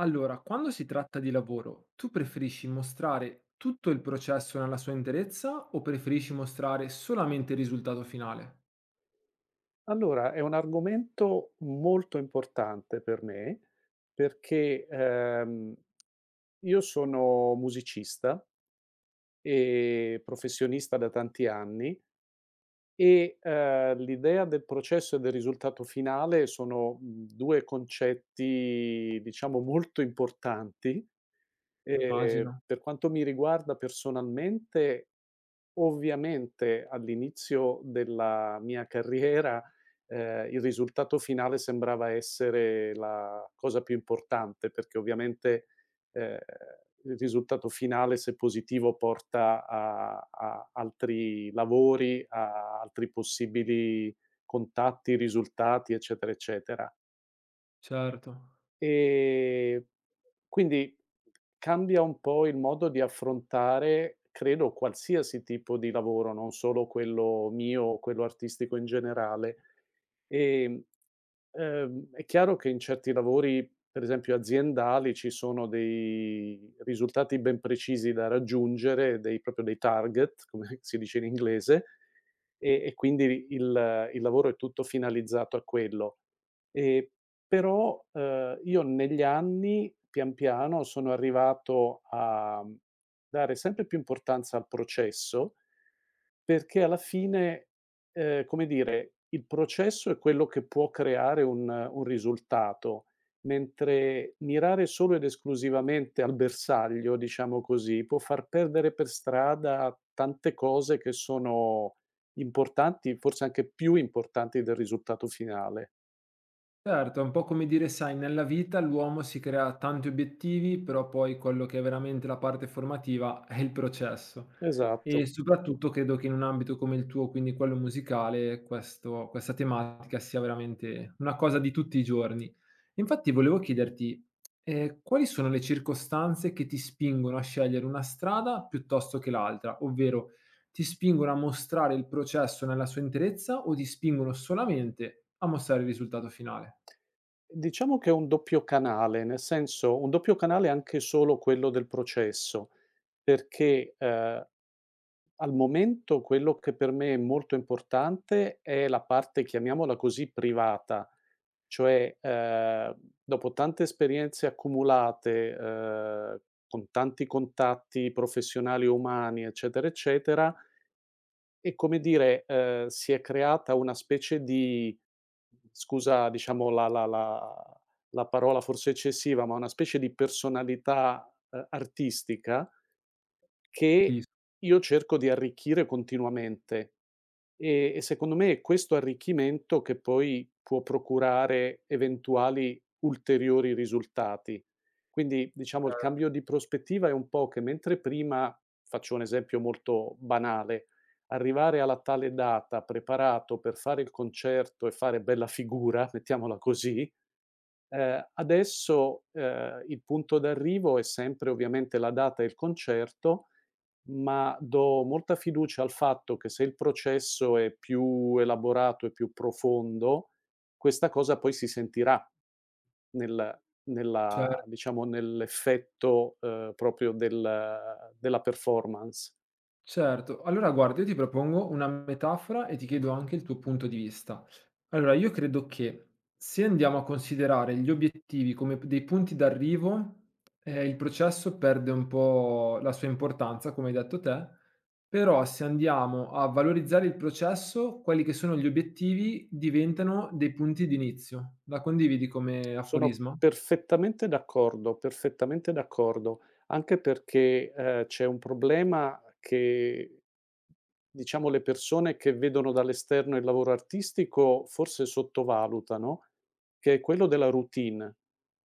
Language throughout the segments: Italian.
Allora, quando si tratta di lavoro, tu preferisci mostrare tutto il processo nella sua interezza o preferisci mostrare solamente il risultato finale? Allora, è un argomento molto importante per me perché, io sono musicista e professionista da tanti anni e, l'idea del processo e del risultato finale sono, 2 concetti, diciamo, molto importanti. Immagino, Per quanto mi riguarda personalmente, ovviamente all'inizio della mia carriera, il risultato finale sembrava essere la cosa più importante, perché ovviamente eh, il risultato finale, se positivo, porta a altri lavori, a altri possibili contatti, risultati, eccetera, eccetera. certo. Ehm, quindi cambia un po' il modo di affrontare, credo, qualsiasi tipo di lavoro, non solo quello mio o quello artistico in generale. Ehm, è chiaro che in certi lavori, per esempio aziendali, ci sono dei risultati ben precisi da raggiungere, dei proprio dei target, come si dice in inglese, e quindi il lavoro è tutto finalizzato a quello. E però, io negli anni, pian piano, sono arrivato a, dare sempre più importanza al processo, perché alla fine, come dire, il processo è quello che può creare un risultato, mentre mirare solo ed esclusivamente al bersaglio, diciamo così, può far perdere per strada tante cose che sono importanti, forse anche più importanti del risultato finale. Certo, è un po' come dire, sai, nella vita l'uomo si crea tanti obiettivi, però poi quello che è veramente la parte formativa è il processo. E Esatto. soprattutto credo che in un ambito come il tuo, quindi quello musicale, questo questa tematica sia veramente una cosa di tutti i giorni. Infatti volevo chiederti, quali sono le circostanze che ti spingono a scegliere una strada piuttosto che l'altra? Ovvero, ti spingono a mostrare il processo nella sua interezza o ti spingono solamente a mostrare il risultato finale? Diciamo che è un doppio canale, nel senso un doppio canale anche solo quello del processo, perché, al momento quello che per me è molto importante è la parte, chiamiamola così, privata, cioè, dopo tante esperienze accumulate, con tanti contatti professionali e umani, eccetera, eccetera, e come dire, si è creata una specie di scusa diciamo la la parola forse eccessiva, ma una specie di personalità, artistica che Capisco, io cerco di arricchire continuamente. E secondo me è questo arricchimento che poi può procurare eventuali ulteriori risultati. Quindi, diciamo, il cambio di prospettiva è un po' che mentre prima, faccio un esempio molto banale, arrivare alla tale data preparato per fare il concerto e fare bella figura, mettiamola così. Adesso, il punto d'arrivo è sempre ovviamente la data e il concerto, ma do molta fiducia al fatto che se il processo è più elaborato e più profondo, questa cosa poi si sentirà nel cer nella diciamo nell'effetto, proprio della performance. certo, allora guarda, io ti propongo una metafora e ti chiedo anche il tuo punto di vista. Allora, io credo che se andiamo a considerare gli obiettivi come dei punti d'arrivo, il processo perde un po' la sua importanza, come hai detto te, però se andiamo a valorizzare il processo, quelli che sono gli obiettivi diventano dei punti di inizio. La condividi come Sono aforisma? Perfettamente d'accordo, anche perché, c'è un problema che, diciamo, le persone che vedono dall'esterno il lavoro artistico forse sottovalutano, che è quello della routine,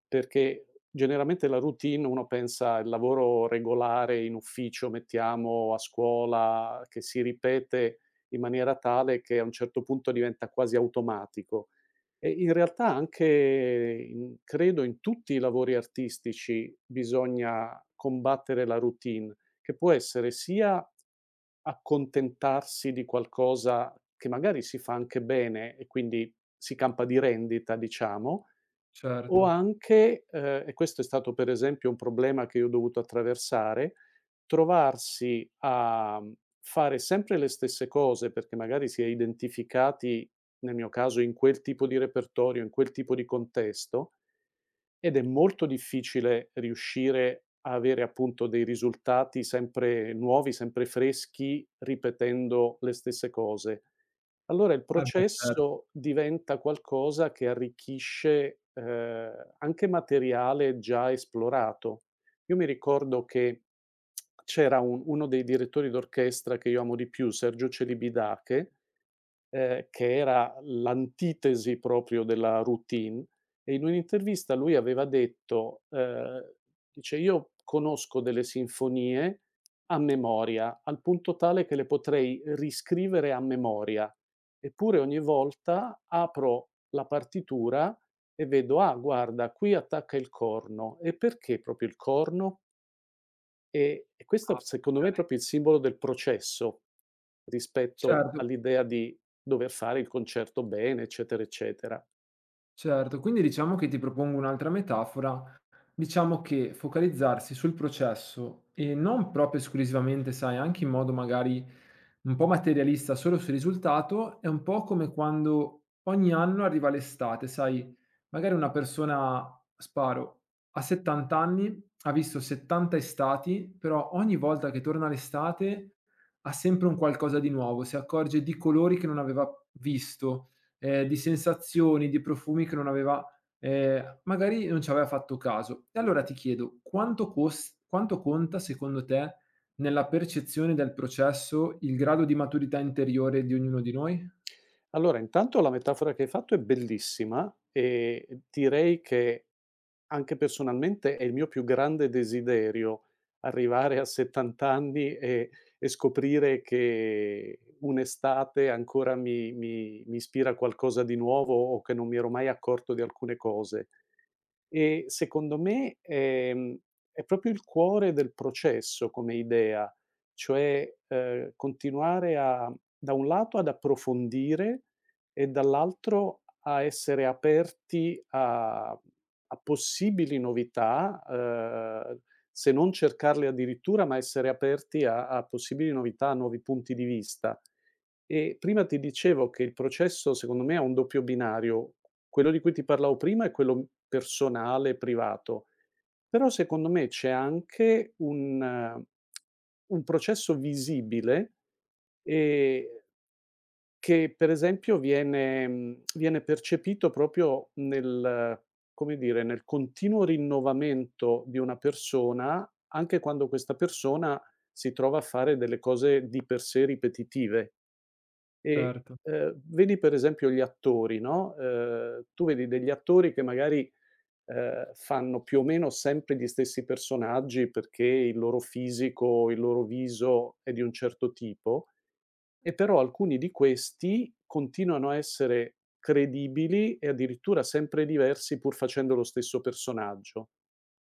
perché generalmente la routine uno pensa il lavoro regolare in ufficio, mettiamo, a scuola, che si ripete in maniera tale che a un certo punto diventa quasi automatico. E in realtà anche in credo in tutti i lavori artistici bisogna combattere la routine, che può essere sia accontentarsi di qualcosa che magari si fa anche bene e quindi si campa di rendita, diciamo, o Certo. anche, e questo è stato per esempio un problema che io ho dovuto attraversare, trovarsi a fare sempre le stesse cose perché magari si è identificati nel mio caso in quel tipo di repertorio, in quel tipo di contesto, ed è molto difficile riuscire a avere appunto dei risultati sempre nuovi, sempre freschi, ripetendo le stesse cose. Allora il Eh beh, certo. processo diventa qualcosa che arricchisce, anche materiale già esplorato. Io mi ricordo che c'era un uno dei direttori d'orchestra che io amo di più, Sergio Celibidache, che era l'antitesi proprio della routine, e in un'intervista lui aveva detto, dice: "Io conosco delle sinfonie a memoria, al punto tale che le potrei riscrivere a memoria, eppure ogni volta apro la partitura e vedo: "Ah guarda, qui attacca il corno". E perché proprio il corno? E questo Ah, ok. secondo me è proprio il simbolo del processo, rispetto Certo. all'idea di dover fare il concerto bene, eccetera, eccetera. Certo, quindi diciamo che ti propongo un'altra metafora, diciamo che focalizzarsi sul processo e non proprio esclusivamente, sai, anche in modo magari un po' materialista solo sul risultato, è un po' come quando ogni anno arriva l'estate, sai, magari una persona, sparo, a 70 anni ha visto 70 estati, però ogni volta che torna l'estate ha sempre un qualcosa di nuovo, si accorge di colori che non aveva visto, di sensazioni, di profumi che non aveva, magari non ci aveva fatto caso. E allora ti chiedo: quanto conta secondo te, nella percezione del processo, il grado di maturità interiore di ognuno di noi? Allora, intanto la metafora che hai fatto è bellissima e direi che anche personalmente è il mio più grande desiderio arrivare a 70 anni e scoprire che un'estate ancora mi ispira a qualcosa di nuovo o che non mi ero mai accorto di alcune cose. E secondo me è proprio il cuore del processo come idea, cioè, continuare a da un lato ad approfondire e dall'altro a essere aperti a possibili novità, se non cercarle addirittura, ma essere aperti a possibili novità, a nuovi punti di vista. E prima ti dicevo che il processo secondo me ha un doppio binario, quello di cui ti parlavo prima è quello personale, privato. Però secondo me c'è anche un processo visibile, ehm, che per esempio viene viene percepito proprio nel come dire, nel continuo rinnovamento di una persona, anche quando questa persona si trova a fare delle cose di per sé ripetitive. E, Certo. Vedi per esempio gli attori, no, tu vedi degli attori che magari, fanno più o meno sempre gli stessi personaggi perché il loro fisico, il loro viso è di un certo tipo, e però alcuni di questi continuano a essere credibili e addirittura sempre diversi pur facendo lo stesso personaggio.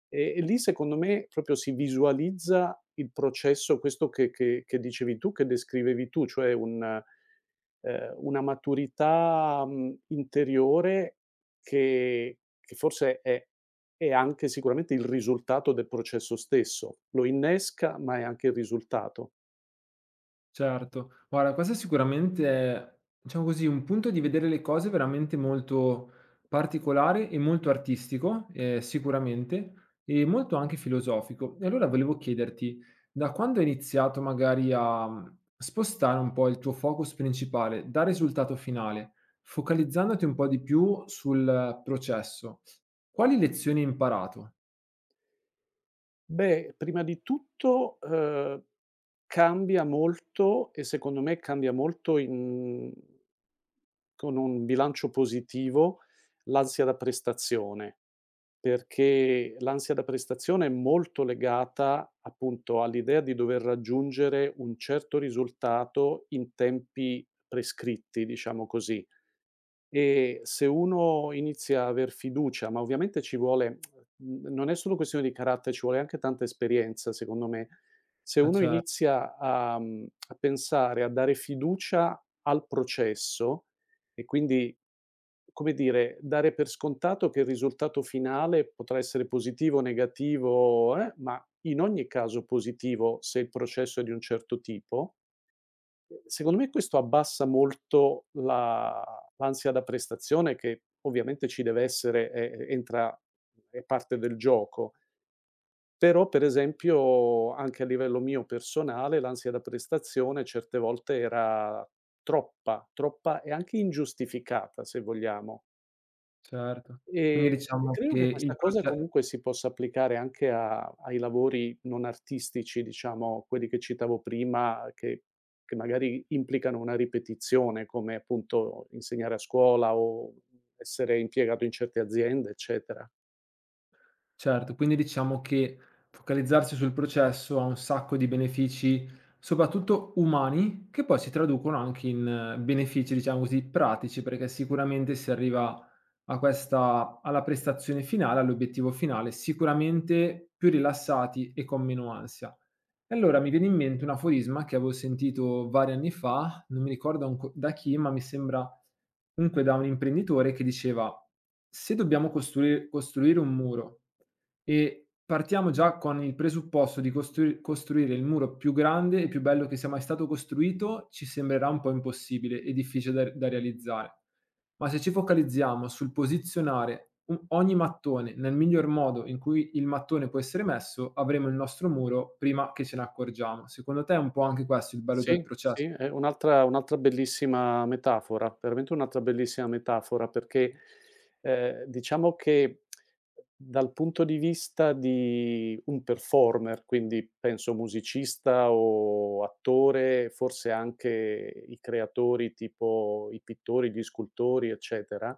E lì secondo me proprio si visualizza il processo, questo che dicevi tu, che descrivevi tu, cioè un una maturità, interiore che forse è anche sicuramente il risultato del processo stesso. Lo innesca, ma è anche il risultato. Certo, guarda, questo sicuramente è, diciamo così, un punto di vedere le cose veramente molto particolare e molto artistico, sicuramente, e molto anche filosofico. E allora volevo chiederti, da quando hai iniziato magari a, spostare un po' il tuo focus principale dal risultato finale, focalizzandoti un po' di più sul processo, quali lezioni hai imparato? Beh, prima di tutto, cambia molto e secondo me cambia molto in con un bilancio positivo, l'ansia da prestazione, perché l'ansia da prestazione è molto legata, appunto, all'idea di dover raggiungere un certo risultato in tempi prescritti, diciamo così. E se uno inizia a aver fiducia, ma ovviamente ci vuole n non è solo questione di carattere, ci vuole anche tanta esperienza secondo me. Se Eh uno cer inizia a a pensare, a dare fiducia al processo e quindi, come dire, dare per scontato che il risultato finale potrà essere positivo, negativo, ma in ogni caso positivo se il processo è di un certo tipo. Secondo me questo abbassa molto la l'ansia da prestazione che ovviamente ci deve essere, è entra è parte del gioco. Però, per esempio, anche a livello mio personale, l'ansia da prestazione certe volte era troppa e anche ingiustificata, se vogliamo. certo. Ehm, Quindi e diciamo credo che che il questa cosa proce comunque si possa applicare anche a ai lavori non artistici, diciamo, quelli che citavo prima, che magari implicano una ripetizione, come appunto insegnare a scuola o essere impiegato in certe aziende, eccetera. Certo, quindi diciamo che focalizzarsi sul processo ha un sacco di benefici, soprattutto umani, che poi si traducono anche in benefici, diciamo così, pratici, perché sicuramente si arriva a questa alla prestazione finale, all'obiettivo finale, sicuramente più rilassati e con meno ansia. E allora mi viene in mente un aforisma che avevo sentito vari anni fa, non mi ricordo da chi, ma mi sembra comunque da un imprenditore che diceva: se dobbiamo costruire un muro e partiamo già con il presupposto di costruire il muro più grande e più bello che sia mai stato costruito, ci sembrerà un po' impossibile e difficile da realizzare. Ma se ci focalizziamo sul posizionare u ogni mattone nel miglior modo in cui il mattone può essere messo, avremo il nostro muro prima che ce ne accorgiamo. Secondo te è un po' anche questo il bello del Sì, sì, proces è un'altra bellissima metafora, veramente un'altra bellissima metafora perché, diciamo che dal punto di vista di un performer, quindi penso musicista o attore, forse anche i creatori tipo i pittori, gli scultori, eccetera.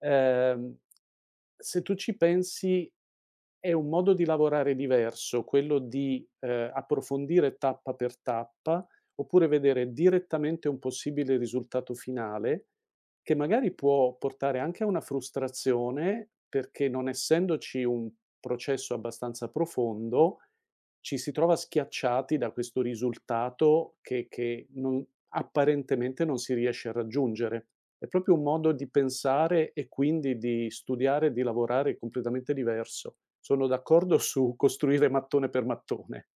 Ehm, Se tu ci pensi è un modo di lavorare diverso, quello di, approfondire tappa per tappa, oppure vedere direttamente un possibile risultato finale, che magari può portare anche a una frustrazione, perché non essendoci un processo abbastanza profondo, ci si trova schiacciati da questo risultato che non apparentemente non si riesce a raggiungere. È proprio un modo di pensare e quindi di studiare e di lavorare completamente diverso. Sono d'accordo su costruire mattone per mattone.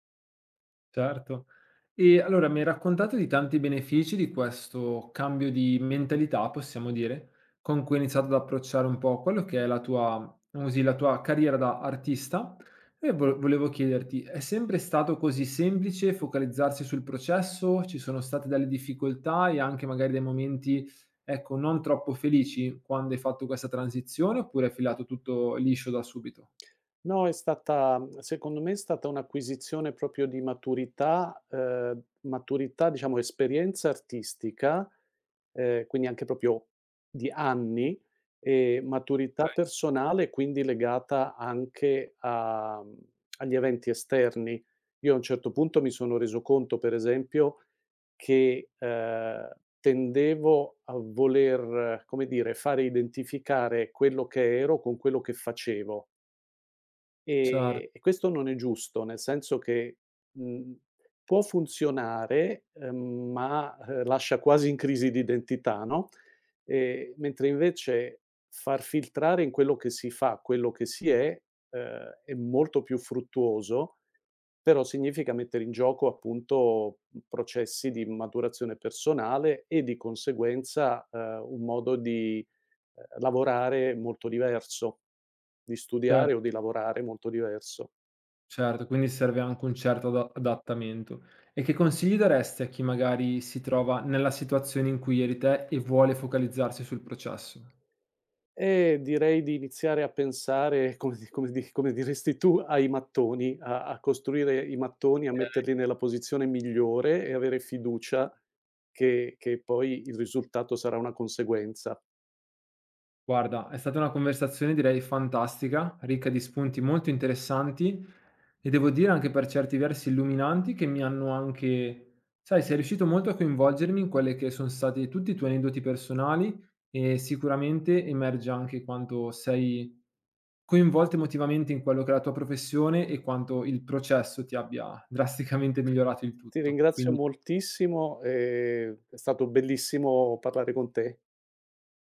Certo. E allora mi hai raccontato di tanti benefici di questo cambio di mentalità, possiamo dire, con cui hai iniziato ad approcciare un po' quello che è la tua, così, la tua carriera da artista. E volevo chiederti, è sempre stato così semplice focalizzarsi sul processo? Ci sono state delle difficoltà e anche magari dei momenti, ecco, non troppo felici quando hai fatto questa transizione, oppure è filato tutto liscio da subito? No, è stata secondo me è stata un'acquisizione proprio di maturità, maturità diciamo esperienza artistica, quindi anche proprio di anni, e maturità personale, quindi legata anche a agli eventi esterni. Io a un certo punto mi sono reso conto, per esempio, che, tendevo a voler, come dire, fare identificare quello che ero con quello che facevo. Certo, E questo non è giusto, nel senso che, mhmm, può funzionare, ma, lascia quasi in crisi di identità, no, mentre invece far filtrare in quello che si fa, quello che si è molto più fruttuoso però significa mettere in gioco, appunto, processi di maturazione personale e di conseguenza, un modo di, lavorare molto diverso, di studiare certo. o di lavorare molto diverso. Certo, quindi serve anche un certo adattamento. E che consigli daresti a chi magari si trova nella situazione in cui eri te e vuole focalizzarsi sul processo? E direi di iniziare a pensare, come diresti tu, ai mattoni, a costruire i mattoni, a metterli nella posizione migliore e avere fiducia che poi il risultato sarà una conseguenza. Guarda, è stata una conversazione direi fantastica, ricca di spunti molto interessanti e devo dire anche per certi versi illuminanti che mi hanno anche, sai, sei riuscito molto a coinvolgermi in quelle che sono stati tutti i tuoi aneddoti personali e sicuramente emerge anche quanto sei coinvolto emotivamente in quello che è la tua professione e quanto il processo ti abbia drasticamente migliorato il Ti tutto. ringrazio Quindi moltissimo, è stato bellissimo parlare con te.